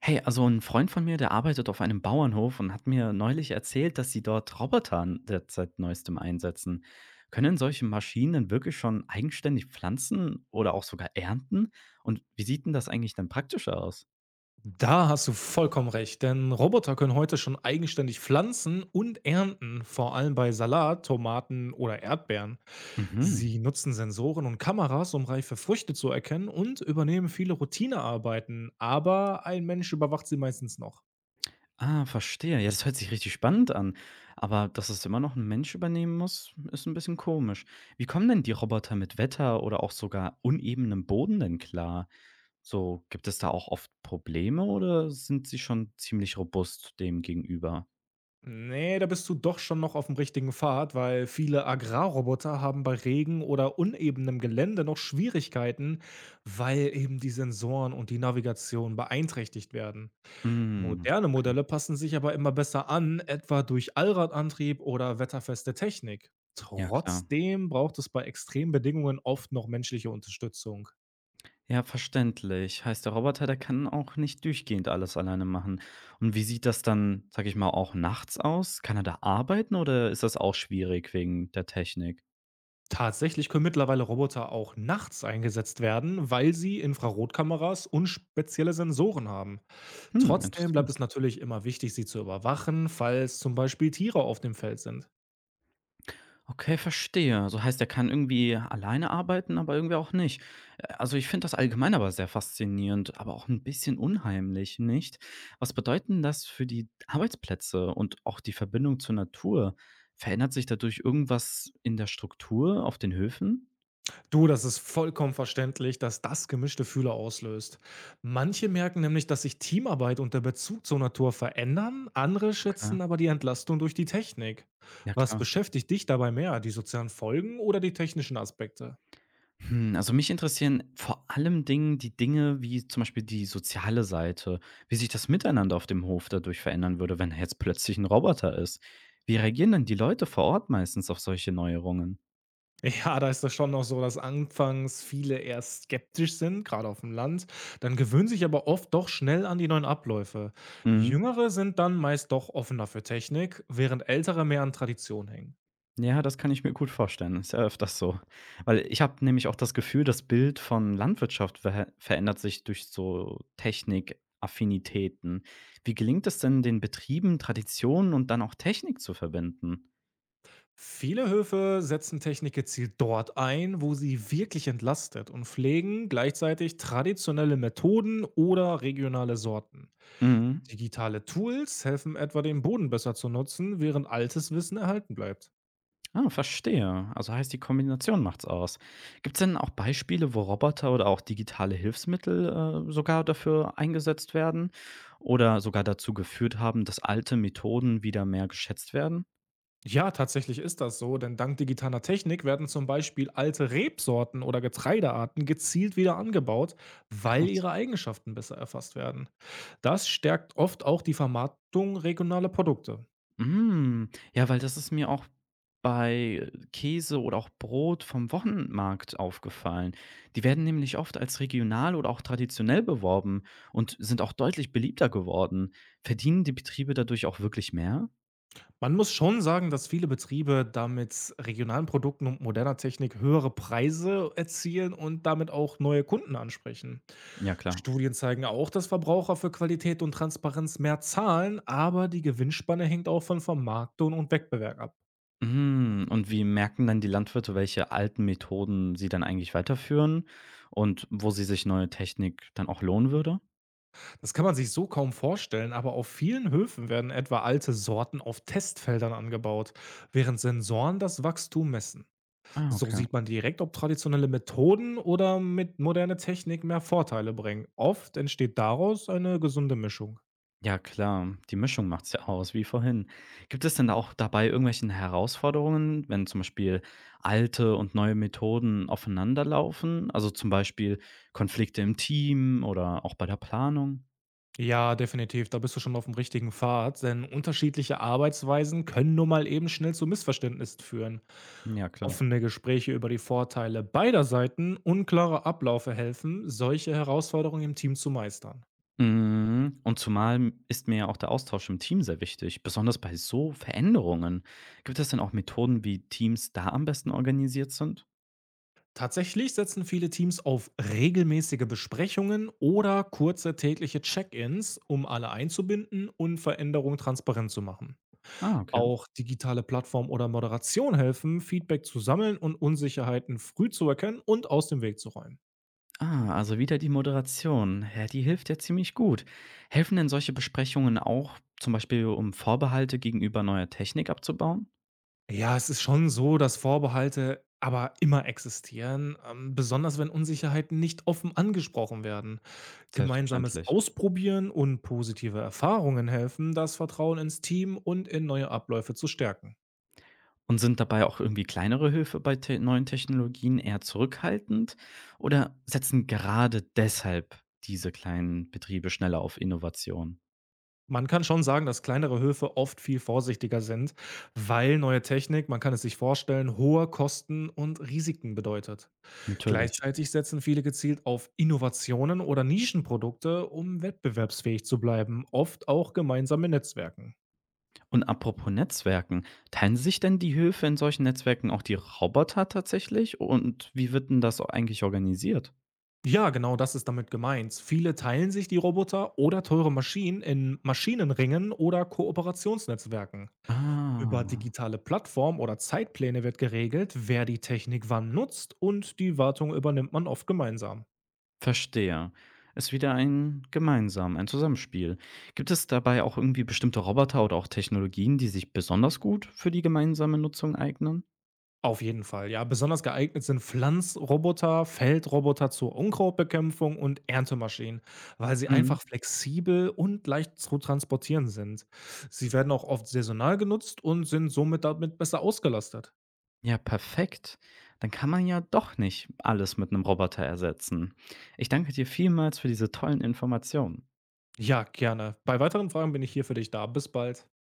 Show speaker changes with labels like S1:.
S1: Hey, also ein Freund von mir, der arbeitet auf einem Bauernhof und hat mir neulich erzählt, dass sie dort Roboter derzeit neuestem einsetzen. Können solche Maschinen denn wirklich schon eigenständig pflanzen oder auch sogar ernten? Und wie sieht denn das eigentlich dann praktischer aus?
S2: Da hast du vollkommen recht, denn Roboter können heute schon eigenständig pflanzen und ernten, vor allem bei Salat, Tomaten oder Erdbeeren.
S1: Mhm.
S2: Sie nutzen Sensoren und Kameras, um reife Früchte zu erkennen und übernehmen viele Routinearbeiten, aber ein Mensch überwacht sie meistens noch.
S1: Ah, verstehe. Ja, das hört sich richtig spannend an. Aber dass es immer noch ein Mensch übernehmen muss, ist ein bisschen komisch. Wie kommen denn die Roboter mit Wetter oder auch sogar unebenem Boden denn klar? So, gibt es da auch oft Probleme oder sind sie schon ziemlich robust dem gegenüber?
S2: Nee, da bist du doch schon noch auf dem richtigen Pfad, weil viele Agrarroboter haben bei Regen oder unebenem Gelände noch Schwierigkeiten, weil eben die Sensoren und die Navigation beeinträchtigt werden.
S1: Mhm.
S2: Moderne Modelle passen sich aber immer besser an, etwa durch Allradantrieb oder wetterfeste Technik.
S1: Ja, klar.
S2: Trotzdem braucht es bei extremen Bedingungen oft noch menschliche Unterstützung.
S1: Ja, verständlich. Heißt, der Roboter, der kann auch nicht durchgehend alles alleine machen. Und wie sieht das dann, sage ich mal, auch nachts aus? Kann er da arbeiten oder ist das auch schwierig wegen der Technik?
S2: Tatsächlich können mittlerweile Roboter auch nachts eingesetzt werden, weil sie Infrarotkameras und spezielle Sensoren haben.
S1: Hm,
S2: Trotzdem bleibt
S1: interessant.
S2: es natürlich immer wichtig, sie zu überwachen, falls zum Beispiel Tiere auf dem Feld sind.
S1: Okay, verstehe. Also heißt, er kann irgendwie alleine arbeiten, aber irgendwie auch nicht. Also ich finde das allgemein aber sehr faszinierend, aber auch ein bisschen unheimlich, nicht? Was bedeutet denn das für die Arbeitsplätze und auch die Verbindung zur Natur? Verändert sich dadurch irgendwas in der Struktur auf den Höfen?
S2: Du, das ist vollkommen verständlich, dass das gemischte Gefühle auslöst. Manche merken nämlich, dass sich Teamarbeit und der Bezug zur Natur verändern, andere
S1: Okay,
S2: schätzen aber die Entlastung durch die Technik.
S1: ja
S2: Was
S1: klar.
S2: beschäftigt dich dabei mehr, die sozialen Folgen oder die technischen Aspekte?
S1: Hm, also mich interessieren vor allem Dingen die Dinge wie zum Beispiel die soziale Seite, wie sich das Miteinander auf dem Hof dadurch verändern würde, wenn er jetzt plötzlich ein Roboter ist. Wie reagieren denn die Leute vor Ort meistens auf solche Neuerungen?
S2: Ja, da ist das schon noch so, dass anfangs viele eher skeptisch sind, gerade auf dem Land. Dann gewöhnen sich aber oft doch schnell an die neuen Abläufe.
S1: Mhm.
S2: Jüngere sind dann meist doch offener für Technik, während ältere mehr an Tradition hängen.
S1: Ja, das kann ich mir gut vorstellen. Ist ja öfters so. Weil ich habe nämlich auch das Gefühl, das Bild von Landwirtschaft verhä verändert sich durch so Technikaffinitäten. Wie gelingt es denn den Betrieben, Traditionen und dann auch Technik zu verbinden?
S2: Viele Höfe setzen Technik gezielt dort ein, wo sie wirklich entlastet und pflegen gleichzeitig traditionelle Methoden oder regionale Sorten.
S1: Mhm.
S2: Digitale Tools helfen etwa, den Boden besser zu nutzen, während altes Wissen erhalten bleibt.
S1: Ah, verstehe. Also heißt, die Kombination macht's aus. Gibt's denn auch Beispiele, wo Roboter oder auch digitale Hilfsmittel sogar dafür eingesetzt werden oder sogar dazu geführt haben, dass alte Methoden wieder mehr geschätzt werden?
S2: Ja, tatsächlich ist das so, denn dank digitaler Technik werden zum Beispiel alte Rebsorten oder Getreidearten gezielt wieder angebaut, weil
S1: Krass.
S2: ihre Eigenschaften besser erfasst werden. Das stärkt oft auch die Vermarktung regionaler Produkte.
S1: Mhm. Ja, weil das ist mir auch bei Käse oder auch Brot vom Wochenmarkt aufgefallen. Die werden nämlich oft als regional oder auch traditionell beworben und sind auch deutlich beliebter geworden. Verdienen die Betriebe dadurch auch wirklich mehr?
S2: Man muss schon sagen, dass viele Betriebe da mit regionalen Produkten und moderner Technik höhere Preise erzielen und damit auch neue Kunden ansprechen.
S1: Ja, klar.
S2: Studien zeigen auch, dass Verbraucher für Qualität und Transparenz mehr zahlen, aber die Gewinnspanne hängt auch von Vermarktung und Wettbewerb ab.
S1: Hm, und wie merken dann die Landwirte, welche alten Methoden sie dann eigentlich weiterführen und wo sie sich neue Technik dann auch lohnen würde?
S2: Das kann man sich so kaum vorstellen, aber auf vielen Höfen werden etwa alte Sorten auf Testfeldern angebaut, während Sensoren das Wachstum messen.
S1: Ah,
S2: So
S1: okay.
S2: sieht man direkt, ob traditionelle Methoden oder mit moderne Technik mehr Vorteile bringen. Oft entsteht daraus eine gesunde Mischung.
S1: Ja, klar, die Mischung macht's ja aus, wie vorhin. Gibt es denn da auch dabei irgendwelchen Herausforderungen, wenn zum Beispiel alte und neue Methoden aufeinanderlaufen? Also zum Beispiel Konflikte im Team oder auch bei der Planung?
S2: Ja, definitiv, da bist du schon auf dem richtigen Pfad, denn unterschiedliche Arbeitsweisen können nun mal eben schnell zu Missverständnissen führen.
S1: Ja, klar.
S2: Offene Gespräche über die Vorteile beider Seiten unklare Abläufe helfen, solche Herausforderungen im Team zu meistern.
S1: Mhm, und zumal ist mir ja auch der Austausch im Team sehr wichtig, besonders bei so Veränderungen. Gibt es denn auch Methoden, wie Teams da am besten organisiert sind?
S2: Tatsächlich setzen viele Teams auf regelmäßige Besprechungen oder kurze tägliche Check-ins, um alle einzubinden und Veränderungen transparent zu machen.
S1: Ah, okay.
S2: Auch digitale Plattformen oder Moderation helfen, Feedback zu sammeln und Unsicherheiten früh zu erkennen und aus dem Weg zu räumen.
S1: Ah, also wieder die Moderation. Ja, die hilft ja ziemlich gut. Helfen denn solche Besprechungen auch, zum Beispiel um Vorbehalte gegenüber neuer Technik abzubauen?
S2: Ja, es ist schon so, dass Vorbehalte aber immer existieren, besonders wenn Unsicherheiten nicht offen angesprochen werden. Gemeinsames
S1: Selbstverständlich.
S2: Ausprobieren und positive Erfahrungen helfen, das Vertrauen ins Team und in neue Abläufe zu stärken.
S1: Und sind dabei auch irgendwie kleinere Hilfe bei te neuen Technologien eher zurückhaltend? Oder setzen gerade deshalb diese kleinen Betriebe schneller auf Innovation?
S2: Man kann schon sagen, dass kleinere Höfe oft viel vorsichtiger sind, weil neue Technik, man kann es sich vorstellen, hohe Kosten und Risiken bedeutet.
S1: Natürlich.
S2: Gleichzeitig setzen viele gezielt auf Innovationen oder Nischenprodukte, um wettbewerbsfähig zu bleiben, oft auch gemeinsame Netzwerken.
S1: Und apropos Netzwerken, teilen sich denn die Höfe in solchen Netzwerken auch die Roboter tatsächlich? Und wie wird denn das eigentlich organisiert?
S2: Ja, genau das ist damit gemeint. Viele teilen sich die Roboter oder teure Maschinen in Maschinenringen oder Kooperationsnetzwerken. Über
S1: Ah,
S2: digitale Plattformen oder Zeitpläne wird geregelt, wer die Technik wann nutzt und die Wartung übernimmt man oft gemeinsam.
S1: verstehe. Ist wieder ein gemeinsam, ein Zusammenspiel. Gibt es dabei auch irgendwie bestimmte Roboter oder auch Technologien, die sich besonders gut für die gemeinsame Nutzung eignen?
S2: Auf jeden Fall, ja. Besonders geeignet sind Pflanzroboter, Feldroboter zur Unkrautbekämpfung und Erntemaschinen, weil sie
S1: Mhm.
S2: einfach flexibel und leicht zu transportieren sind. Sie werden auch oft saisonal genutzt und sind somit damit besser ausgelastet.
S1: Ja, perfekt. Dann kann man ja doch nicht alles mit einem Roboter ersetzen. Ich danke dir vielmals für diese tollen Informationen.
S2: Ja, gerne. Bei weiteren Fragen bin ich hier für dich da. Bis bald.